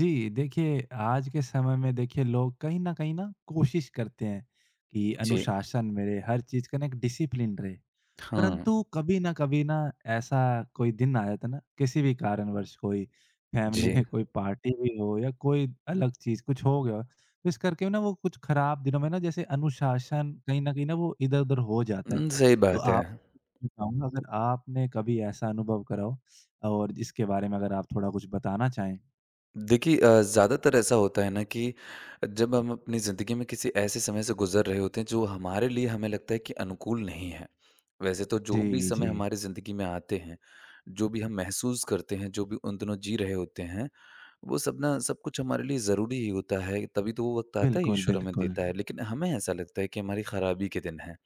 जी, देखिए आज के समय में देखिए लोग कहीं न कहीं ना कोशिश करते हैं कि जी, अनुशासन में रहे, हर चीज़ का ना एक डिसिप्लिन रहे। हाँ, परंतु कभी न कभी ना ऐसा कोई दिन आ जाता है ना किसी भी कारणवश कोई फैमिली जी। में कोई पार्टी भी हो या कोई अलग चीज़ कुछ हो गया, तो इस करके ना वो कुछ खराब दिनों में ना जैसे अनुशासन कहीं न कहीं ना वो इधर-उधर हो जाता है। सही तो बात है। आप बताऊँगा अगर आपने कभी ऐसा अनुभव करा हो और इसके बारे में अगर आप थोड़ा कुछ बताना चाहें? देखिए ज़्यादातर ऐसा होता है ना कि जब हम अपनी ज़िंदगी में किसी ऐसे समय से गुज़र रहे होते हैं जो हमारे लिए हमें लगता है कि अनुकूल नहीं है। वैसे तो जो भी जी, समय जी। हमारी ज़िंदगी में आते हैं, जो भी हम महसूस करते हैं, जो भी उन दिनों जी रहे होते हैं, वो सब ना सब कुछ हमारे लिए ज़रूरी ही होता है, तभी तो वो वक़्त आता है बिल्कुल, ईश्वर हमें बिल्कुल। देता है। लेकिन हमें ऐसा लगता है कि हमारी खराबी के दिन हैं।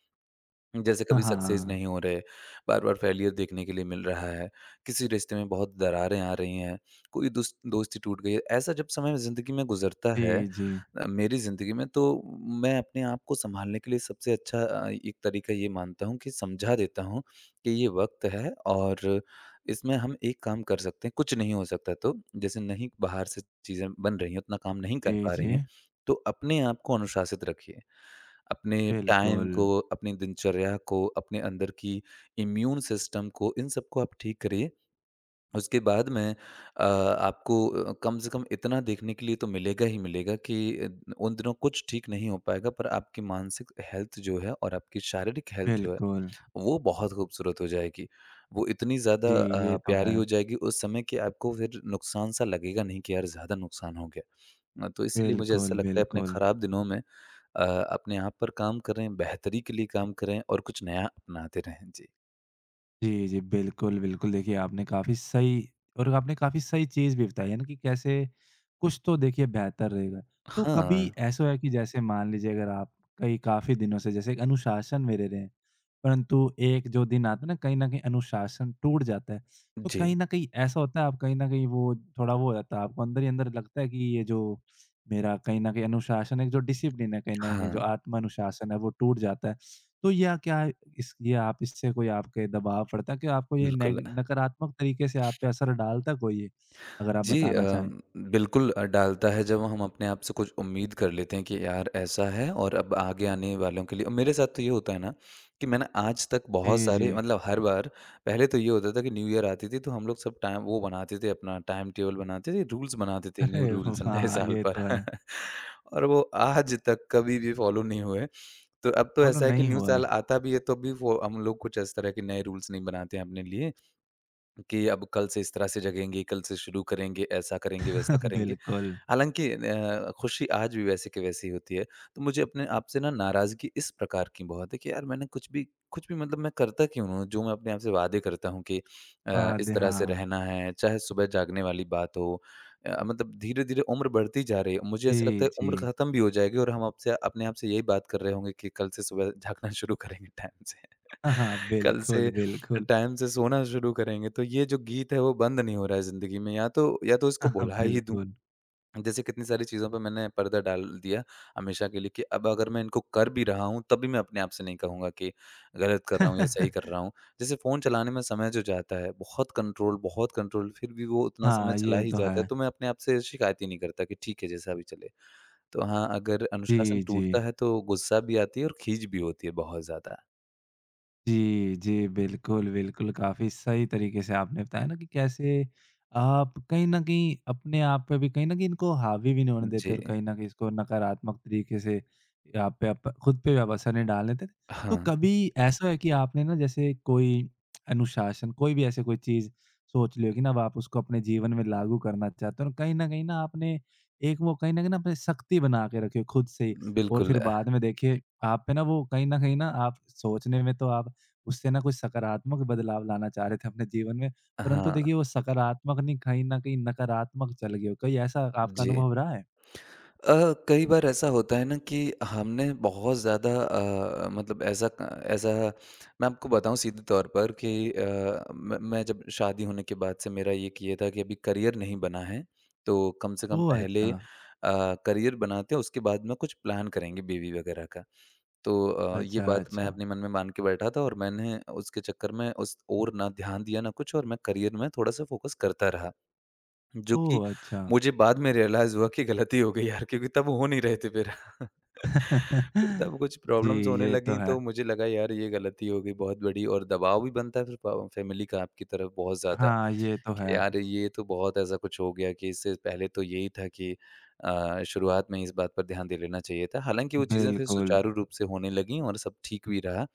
जैसे कभी सक्सेस हाँ। नहीं हो रहे, बार-बार फेलियर देखने के लिए मिल रहा है, किसी रिश्ते में बहुत दरारें आ रही हैं, कोई दुस दोस्ती टूट गई है। ऐसा जब समय ज़िंदगी में गुज़रता है जी, जी। मेरी ज़िंदगी में तो मैं अपने आप को सँभालने के लिए सबसे अच्छा एक तरीका ये मानता हूँ कि समझा देता हूँ कि ये वक़्त है और इसमें हम एक काम कर सकते हैं, कुछ नहीं हो सकता तो जैसे नहीं बाहर से चीज़ें बन रही हैं, उतना काम नहीं कर जी, पा रही जी। हैं, तो अपने आप को अनुशासित रखिए। अपने टाइम बिल्कुल, को, अपनी दिनचर्या को, अपने अंदर की इम्यून सिस्टम को, इन सबको आप ठीक करिए। उसके बाद में आपको कम से कम इतना देखने के लिए तो मिलेगा ही मिलेगा कि अ, उन दिनों कुछ ठीक नहीं हो पाएगा, पर आपकी मानसिक हेल्थ जो है और आपकी शारीरिक हेल्थ जो है, बिल्कुल। वो बहुत खूबसूरत हो जाएगी। वो इतनी ज़्यादा जी, ये तो है। प्यारी हो जाएगी उस समय कि आपको फिर नुकसान-सा लगेगा नहीं कि यार ज़्यादा नुकसान हो गया। तो इसीलिए मुझे ऐसा बिल्कुल, लगता है अपने बिल्कुल। खराब दिनों में अ, अपने आप पर काम करें, बेहतरी के लिए काम करें और कुछ नया अपनाते रहें। जी। जी, जी। बिल्कुल, बिल्कुल। देखिए, आपने काफ़ी सही और आपने काफ़ी सही चीज़ भी बताई है ना कि कैसे कुछ तो देखिए बेहतर रहेगा। तो कभी हाँ। ऐसा हुआ है कि जैसे मान लीजिए अगर आप कई काफ़ी दिनों से जैसे एक अनुशासन में रह रहे हैं, परंतु एक जो दिन आता है ना कहीं न कहीं अनुशासन टूट जाता है। तो जी। कहीं न कहीं ऐसा होता है आप कहीं न कहीं वो थोड़ा वो हो जाता है आपको अंदर ही अंदर लगता है कि ये जो मेरा कहीं न कहीं अनुशासन है, जो डिसिप्लिन है कहीं न कहीं जो हाँ, आत्म अनुशासन है वो टूट जाता है। तो या क्या इस ये आप इससे कोई आपके दबाव पड़ता है कि आपको ये बिल्कुल। नेग नकारात्मक तरीके से आप पे असर डालता कोई ये? अगर आप जी बताना चाहें? बिल्कुल डालता है जब हम अपने आप से कुछ उम्मीद कर लेते हैं कि यार ऐसा है और अब आगे आने वालों के लिए और मेरे साथ तो ये होता है ना कि मैंने आज तक बहुत जी, सारे जी। मतलब हर बार पहले तो ये होता था कि न्यू ईयर आती थी तो हम लोग सब टाइम वो बनाते थे अपना टाइम टेबल बनाते थे, रूल्स बनाते थे, न्यू अरे रूल्स नए हाँ, साल ये पर तो है। और वो आज तक कभी भी फॉलो नहीं हुए। तो अब तो बोलो ऐसा है कि नहीं न्यू हुआ है। साल आता भी है तो भी वो हम लोग कुछ इस तरह के नए रूल्स नहीं बनाते हैं अपने लिए कि अब कल से इस तरह से जगेंगे, कल से शुरू करेंगे, ऐसा करेंगे, वैसा करेंगे। बिल्कुल। हालाँकि खुशी आज भी वैसे की वैसी ही होती है। तो मुझे अपने आप से ना नाराज़गी इस प्रकार की बहुत है कि यार मैंने कुछ भी मतलब मैं करता क्यों हूँ? जो मैं अपने आप से वादे करता हूँ कि बाद इस तरह से हाँ। रहना है, चाहे सुबह जागने वाली बात हो मतलब धीरे-धीरे उम्र बढ़ती जा रही है। मुझे ऐसा जी, लगता है उम्र जी। ख़त्म भी हो जाएगी और हम आपसे अपने आप से यही बात कर रहे होंगे कि कल से सुबह जागना शुरू करेंगे टाइम से। हाँ, हाँ, कल से बिल्कुल, बिल्कुल। टाइम से सोना शुरू करेंगे। तो ये जो गीत है वो बंद नहीं हो रहा है ज़िंदगी में या तो हाँ, इसको हाँ, भुला ही दूँ। बिल्कुल। जैसे कितनी सारी चीज़ों पे मैंने पर्दा डाल दिया हमेशा के लिए कि अब अगर मैं इनको कर भी रहा हूँ तब भी मैं अपने आप से नहीं कहूँगा कि गलत कर रहा हूँ या सही कर रहा हूँ। जैसे फ़ोन चलाने में समय जो जाता है बहुत कंट्रोल फिर भी वो उतना समय हाँ, चला ये ही तो है। जाता है तो मैं अपने आप से शिकायत ही नहीं करता कि ठीक है जैसा भी चले। तो हाँ, अगर जी, अनुशासन जी। टूटता है तो गुस्सा भी आती है और खीज भी होती है बहुत ज़्यादा। जी, जी। बिल्कुल, बिल्कुल, काफ़ी सही तरीके से आपने बताया ना कि कैसे आप कहीं न कहीं अपने आप पे भी कहीं न कहीं इनको हावी भी नहीं होने देते जी। और कहीं न कहीं इसको नकारात्मक तरीके से आप पे आप खुद पे भी आप असर नहीं डालने देते। तो हाँ, कभी ऐसा है कि आपने ना जैसे कोई अनुशासन, कोई भी ऐसे कोई चीज़ सोच ली हो कि ना अब आप उसको अपने जीवन में लागू करना चाहते हो और कहीं न कहीं ना आपने एक वो कहीं न कहीं ना अपनी सख्ती बना के रखी हो खुद से ही और फिर बिल्कुल। बाद में देखिए आप पे ना वो कहीं न कहीं ना आप सोचने में तो आप उससे ना कुछ सकारात्मक बदलाव लाना चाह रहे थे अपने जीवन में। परंतु हाँ, देखिए वो सकारात्मक नहीं कहीं न कहीं नकारात्मक चल गई हो। कहीं ऐसा आपका जी। अनुभव रहा है? कई बार ऐसा होता है ना कि हमने बहुत ज़्यादा मतलब ऐसा ऐसा मैं आपको बताऊँ सीधे तौर पर कि मैं जब शादी होने के बाद से मेरा ये किया था कि अभी करियर नहीं बना है, तो कम से कम ओह! अच्छा। पहले करियर बनाते हैं उसके बाद में कुछ प्लान करेंगे बीवी वगैरह का। तो ये अच्छा, बात मैं अच्छा। अपने मन में मान के बैठा था और मैंने उसके चक्कर में उस ओर ना ध्यान दिया ना कुछ और मैं करियर में थोड़ा-सा फ़ोकस करता रहा। जो कि ओह! अच्छा। मुझे बाद में रियलाइज़ हुआ कि गलती हो गई यार क्योंकि तब हो नहीं रहे थे फिर। फिर तब कुछ जी, प्रॉब्लम्स होने ये तो लगीं है। तो मुझे लगा यार ये गलती हो गई बहुत बड़ी और दबाव भी बनता है फिर प फैमिली का आपकी तरफ बहुत ज़्यादा। हाँ, ये तो कि यार है। ये तो बहुत ऐसा कुछ हो गया कि इससे पहले तो यही था कि शुरुआत में ही इस बात पर ध्यान दे लेना चाहिए था। हालाँकि वो चीज़ें फिर बिल्कुल। सुचारू रूप से होने लगीं और सब ठीक भी रहा।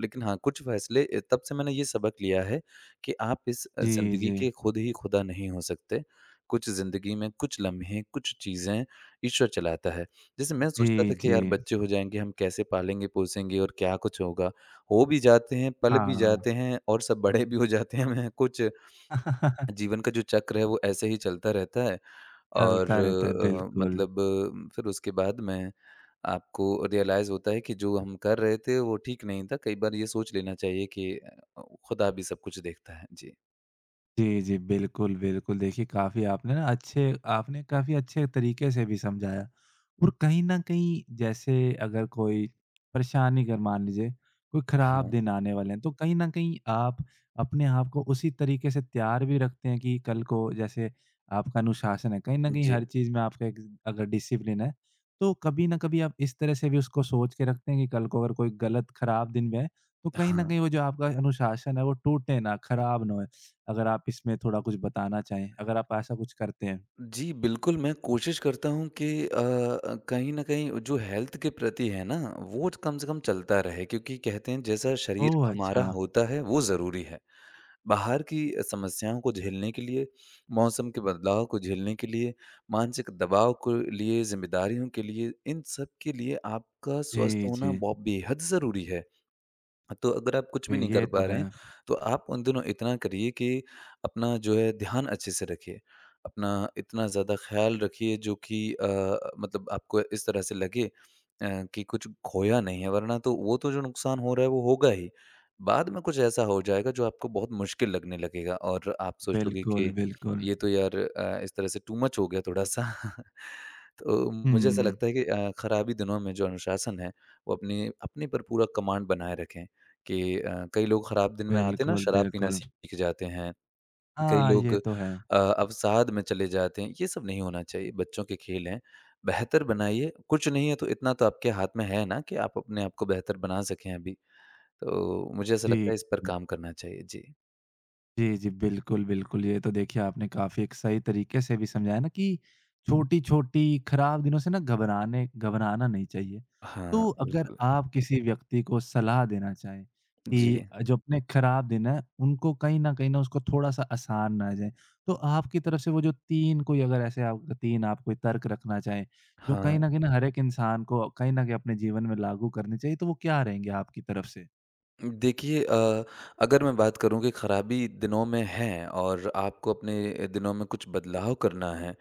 लेकिन हाँ, कुछ फैसले तब से मैंने ये सबक लिया है कि आप इस जी, ज़िंदगी जी। के खुद ही खुदा नहीं हो सकते। कुछ ज़िंदगी में कुछ लम्हे, कुछ चीज़ें ईश्वर चलाता है। जैसे मैं सोचता जी, था कि जी। यार बच्चे हो जाएँगे, हम कैसे पालेंगे-पोसेंगे और क्या कुछ होगा। हो भी जाते हैं, पल भी हाँ। जाते हैं और सब बड़े भी हो जाते हैं। मैं कुछ जीवन का जो चक्र है वो ऐसे ही चलता रहता है और चलता रहता है, बिल्कुल। मतलब फिर उसके बाद में आपको रियलाइज़ होता है कि जो हम कर रहे थे वो ठीक नहीं था। कई बार ये सोच लेना चाहिए कि अ, खुदा भी सब कुछ देखता है। जी। जी, जी। बिल्कुल, बिल्कुल। देखिए काफ़ी आपने ना अच्छे आपने काफ़ी अच्छे तरीके से भी समझाया और कहीं न कहीं जैसे अगर कोई परेशानी अगर मान लीजिए कोई ख़राब हाँ, दिन आने वाले हैं, तो कहीं न कहीं आप अपने आप को उसी तरीके से तैयार भी रखते हैं कि कल को जैसे आपका अनुशासन है, कहीं न कहीं जी, हर चीज़ में आपका एक अगर डिसिप्लिन है, तो कभी न कभी आप इस तरह से भी उसको सोच के रखते हैं कि कल को अगर कोई गलत ख़राब दिन में है, तो कहीं न हाँ। कहीं वो जो आपका अनुशासन है, वो टूटे ना, ख़राब ना होए। अगर आप इसमें थोड़ा कुछ बताना चाहें, अगर आप ऐसा कुछ करते हैं? जी, बिल्कुल मैं कोशिश करता हूँ कि कहीं न कहीं जो हेल्थ के प्रति है ना वो कम से कम चलता रहे क्योंकि कहते हैं जैसा शरीर ओह! हमारा अच्छा। होता है वो ज़रूरी है। बाहर की समस्याओं को झेलने के लिए, मौसम के बदलाव को झेलने के लिए, मानसिक दबाव को लिए, ज़िम्मेदारियों के लिए, इन सब के लिए आपका स्वस्थ जी, होना जी। बहुत बेहद ज़रूरी है। हाँ, तो अगर आप कुछ भी नहीं ये कर तो पा रहे है। हैं, तो आप उन दिनों इतना करिए कि अपना जो है ध्यान अच्छे से रखिए। अपना इतना ज़्यादा ख़्याल रखिए जो कि मतलब आपको इस तरह से लगे कि कुछ खोया नहीं है वरना तो वो तो जो नुकसान हो रहा है वो होगा ही। बाद में कुछ ऐसा हो जाएगा जो आपको बहुत मुश्किल लगने लगेगा और आप सोचोगे बिल्कुल, कि बिल्कुल। ये तो यार इस तरह से टू मच हो गया थोड़ा-सा। तो मुझे ऐसा हुँ, लगता है कि खराबी दिनों में जो अनुशासन है वो अपनी अपने पर पूरा कमांड बनाए रखें। कि कई लोग खराब दिन में आते ना बिल्कुल, शराब पीना बिल्कुल। सीख जाते हैं, कई हाँ, लोग ये तो है। अवसाद में चले जाते हैं, ये सब नहीं होना चाहिए, बच्चों के खेल हैं। बेहतर बनाइए, कुछ नहीं है तो इतना तो आपके हाथ में है ना कि आप अपने आप को बेहतर बना सकें अभी, तो मुझे ऐसा जी। लगता है इस पर काम करना चाहिए। जी। जी, जी। बिल्कुल, बिल्कुल। ये तो देखिए आपने काफ़ी एक सही तरीके से भी समझाया ना कि छोटी-छोटी खराब दिनों से ना घबराने घबराना नहीं चाहिए। हाँ, तो अगर बिल्कुल। आप किसी व्यक्ति को सलाह देना चाहें कि जी, जो अपने खराब दिन हैं उनको कहीं न उसको थोड़ा-सा आसान ना जाए, तो आपकी तरफ से वो जो 3 कोई अगर ऐसे आप 3 आप कोई तर्क रखना चाहें, जो हाँ। कहीं न हर एक इंसान को कहीं न कहीं अपने जीवन में लागू करने चाहिए, तो वो क्या रहेंगे आपकी तरफ से? देखिए अगर मैं बात करूँ कि खराबी दिनों में है और आपको अपने दिनों में कुछ बदलाव करना है,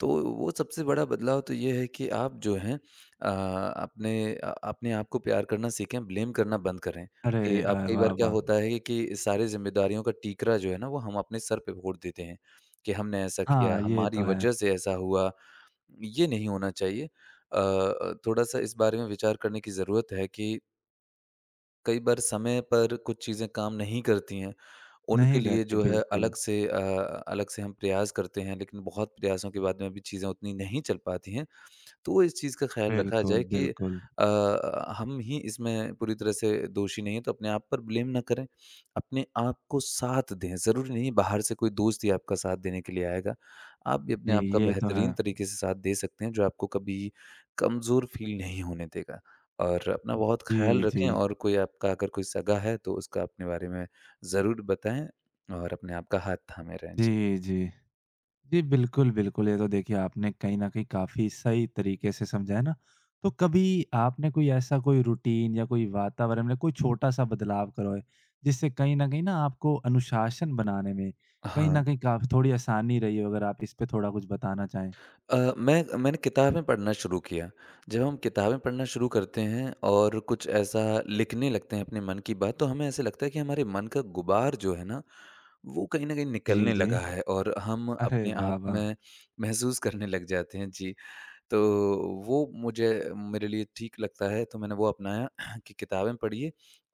तो वो सबसे बड़ा बदलाव तो ये है कि आप जो हैं अ, अपने आप को प्यार करना सीखें, ब्लेम करना बंद करें अरे! कि अब कई वाह, बार क्या वाह! होता है कि सारी ज़िम्मेदारियों का टीकरा जो है ना, वो हम अपने सर पे फोड़ देते हैं कि हमने ऐसा हाँ, किया, ये तो हमारी है। वजह से ऐसा हुआ, ये नहीं होना चाहिए। थोड़ा-सा इस बारे में विचार करने की ज़रूरत है कि कई बार समय पर कुछ चीज़ें काम नहीं करती हैं, उनके नहीं गए लिए थे, जो है बिल्कुल। अलग से हम प्रयास करते हैं, लेकिन बहुत प्रयासों के बाद में भी चीज़ें उतनी नहीं चल पाती हैं। तो इस चीज़ का ख़्याल रखा जाए बिल्कुल, कि बिल्कुल। हम ही इसमें पूरी तरह से दोषी नहीं हैं, तो अपने आप पर ब्लेम ना करें। अपने आप को साथ दें, ज़रूरी नहीं है बाहर से कोई दोस्त ही आपका साथ देने के लिए आएगा। आप भी अपने जी, आप का ये तो है। बेहतरीन तरीके से साथ दे सकते हैं, जो आपको कभी कमज़ोर फ़ील नहीं होने देगा। और अपना बहुत ख़्याल जी, रखें जी। और कोई आपका अगर कोई सगा है, तो उसका अपने बारे में ज़रूर बताएँ और अपने आप का हाथ थामे रहें। जी। जी, जी। जी, बिल्कुल, बिल्कुल। ये तो देखिए आपने कहीं न कहीं काफ़ी सही तरीके से समझाया ना। तो कभी आपने कोई ऐसा कोई रूटीन या कोई वातावरण में कोई छोटा-सा बदलाव करवाए, जिससे कहीं न कहीं ना आपको अनुशासन बनाने में कहीं हाँ। न कहीं काफ़ी थोड़ी आसानी रही हो? अगर आप इस पे थोड़ा कुछ बताना चाहें। मैंने किताबें पढ़ना शुरू किया। जब हम किताबें पढ़ना शुरू करते हैं और कुछ ऐसा लिखने लगते हैं अपने मन की बात, तो हमें ऐसे लगता है कि हमारे मन का गुबार जो है ना, वो कहीं न कहीं जी, निकलने जी। लगा है और हम अरे अपने वाह, आप वाह! में महसूस करने लग जाते हैं। जी, तो वो मुझे मेरे लिए ठीक लगता है, तो मैंने वो अपनाया कि किताबें पढ़िए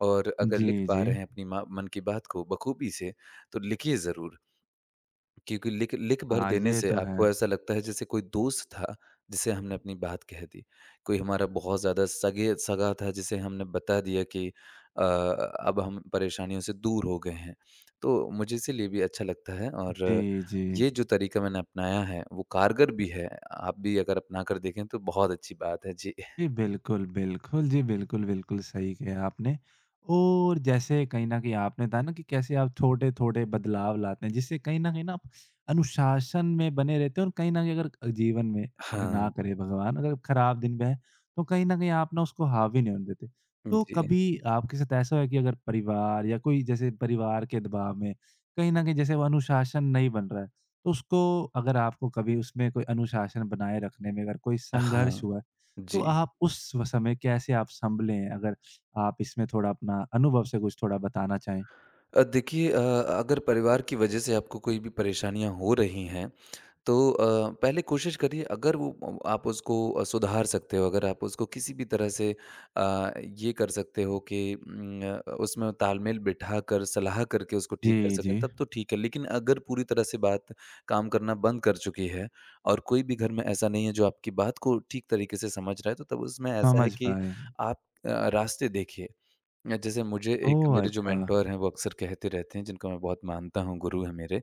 और अगर जी, लिख पा जी। रहे हैं अपनी मा मन की बात को बखूबी से, तो लिखिए ज़रूर। क्योंकि लिख लिख भर हाँ, देने ये से तो है। आपको ऐसा लगता है जैसे कोई दोस्त था, जिसे हमने अपनी बात कह दी। कोई हमारा बहुत ज़्यादा सगे सगा था जिसे हमने बता दिया कि अब हम परेशानियों से दूर हो गए हैं। तो मुझे इसीलिए भी अच्छा लगता है और जी, जी। ये जो तरीका मैंने अपनाया है, वो कारगर भी है। आप भी अगर अपना कर देखें तो बहुत अच्छी बात है। जी। जी, बिल्कुल, बिल्कुल। जी, बिल्कुल, बिल्कुल सही कहा आपने। और जैसे कहीं न कहीं आपने बताया ना कि कैसे आप छोटे-छोटे बदलाव लाते हैं, जिससे कहीं न कहीं ना आप अनुशासन में बने रहते हैं और कहीं न कहीं अगर जीवन में अगर ना हाँ। करे भगवान, अगर खराब दिन भी है, तो कहीं न कहीं आप ना उसको हावी नहीं होने देते। तो जी। कभी आपके साथ ऐसा हुआ कि अगर परिवार या कोई जैसे परिवार के दबाव में कहीं न कहीं जैसे वो अनुशासन नहीं बन रहा है, तो उसको अगर आपको कभी उसमें कोई अनुशासन बनाए रखने में अगर कोई संघर्ष हाँ। हुआ है, तो जी। आप उस व समय कैसे आप सँभले हैं? अगर आप इसमें थोड़ा अपना अनुभव से कुछ थोड़ा बताना चाहें? देखिए अगर परिवार की वजह से आपको कोई भी परेशानियाँ हो रही हैं तो पहले कोशिश करिए अगर वो आप उसको सुधार सकते हो, अगर आप उसको किसी भी तरह से ये कर सकते हो कि उसमें तालमेल बिठाकर सलाह करके उसको ठीक कर जी, सकें, जी। तब तो ठीक है। लेकिन अगर पूरी तरह से बात काम करना बंद कर चुकी है और कोई भी घर में ऐसा नहीं है जो आपकी बात को ठीक तरीके से समझ रहा है, तो तब उसमें ऐसा है समझ कि पाए। आप अ, रास्ते देखिए। जैसे मुझे एक ओह! मेरे जो अच्छा। मेंटर हैं, वो अक्सर कहते रहते हैं, जिनको मैं बहुत मानता हूँ, गुरु हैं मेरे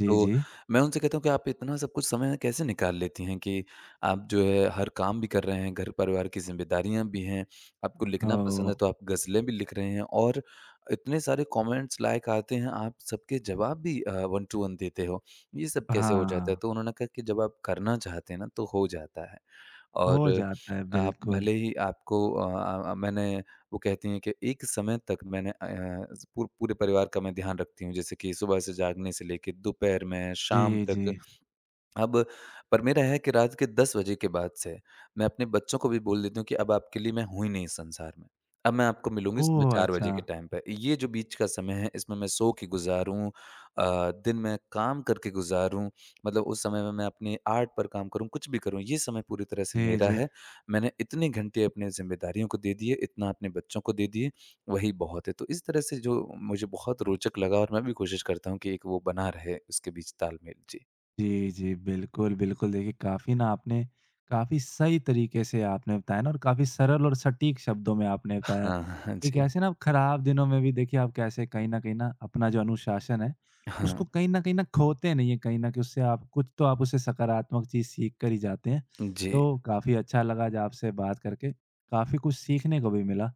जी, तो जी। मैं उनसे कहता हूँ कि आप इतना सब कुछ समय कैसे निकाल लेती हैं कि आप जो है हर काम भी कर रहे हैं, घर-परिवार की ज़िम्मेदारियाँ भी हैं, आपको लिखना पसंद है ओह! तो आप ग़ज़लें भी लिख रहे हैं और इतने सारे कमेंट्स लाइक आते हैं, आप सबके जवाब भी वन टू वन देते हो। ये सब कैसे हो जाता है? हाँ, तो उन्होंने कहा कि जब आप करना चाहते हैं ना तो हो जाता है हो और जाता है, आप बिल्कुल। भले ही मैंने वो कहती हैं कि एक समय तक मैंने अ, ज़ पू पूरे परिवार का मैं ध्यान रखती हूँ, जैसे कि सुबह से जागने से लेके दोपहर में, शाम जी, जी। तक अब पर मेरा है कि रात के 10 बजे के बाद से मैं अपने बच्चों को भी बोल देती हूँ कि अब आपके लिए मैं हूँ ही नहीं इस संसार में। अब मैं आपको मिलूँगी सुबह ओह! 4 बजे अच्छा। के टाइम पे। ये जो बीच का समय है इसमें मैं सो के गुज़ारूँ दिन में काम करके गुज़ारूँ, मतलब उस समय में मैं अपने आर्ट पर काम करूँ, कुछ भी करूँ, ये समय पूरी तरह से जी, मेरा जी। है। मैंने इतने घंटे अपने ज़िम्मेदारियों को दे दिए, इतना अपने बच्चों को दे दिए, वही बहुत है। तो इस तरह से जो मुझे बहुत रोचक लगा और मैं भी कोशिश करता हूँ कि एक वो बना रहे उसके बीच तालमेल। जी। जी, जी। बिल्कुल, बिल्कुल। देखिए काफ़ी ना आपने काफ़ी सही तरीके से आपने बताया ना और काफ़ी सरल और सटीक शब्दों में आपने बताया हाँ, हाँ कि जी। कैसे ना आप खराब दिनों में भी देखिए आप कैसे कहीं न कहीं ना अपना जो अनुशासन है, उसको हाँ, कहीं न कहीं ना खोते नहीं है कहीं न कहीं उससे आप कुछ तो आप उससे सकारात्मक चीज़ सीख कर ही जाते हैं। जी। तो काफ़ी अच्छा लगा आज आपसे बात करके, काफ़ी कुछ सीखने को भी मिला।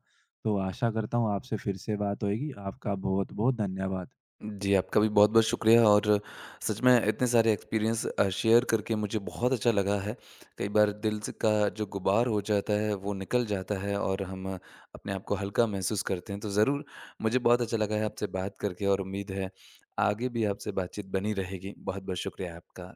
तो आशा करता हूँ आपसे फिर से बात होएगी। आपका बहुत-बहुत धन्यवाद। जी, आपका भी बहुत-बहुत शुक्रिया और सच में इतने सारे एक्सपीरियंस शेयर करके मुझे बहुत अच्छा लगा है। कई बार दिल से का जो गुबार हो जाता है वो निकल जाता है और हम अपने आप को हल्का महसूस करते हैं। तो ज़रूर मुझे बहुत अच्छा लगा है आपसे बात करके और उम्मीद है आगे भी आपसे बातचीत बनी रहेगी। बहुत-बहुत शुक्रिया आपका।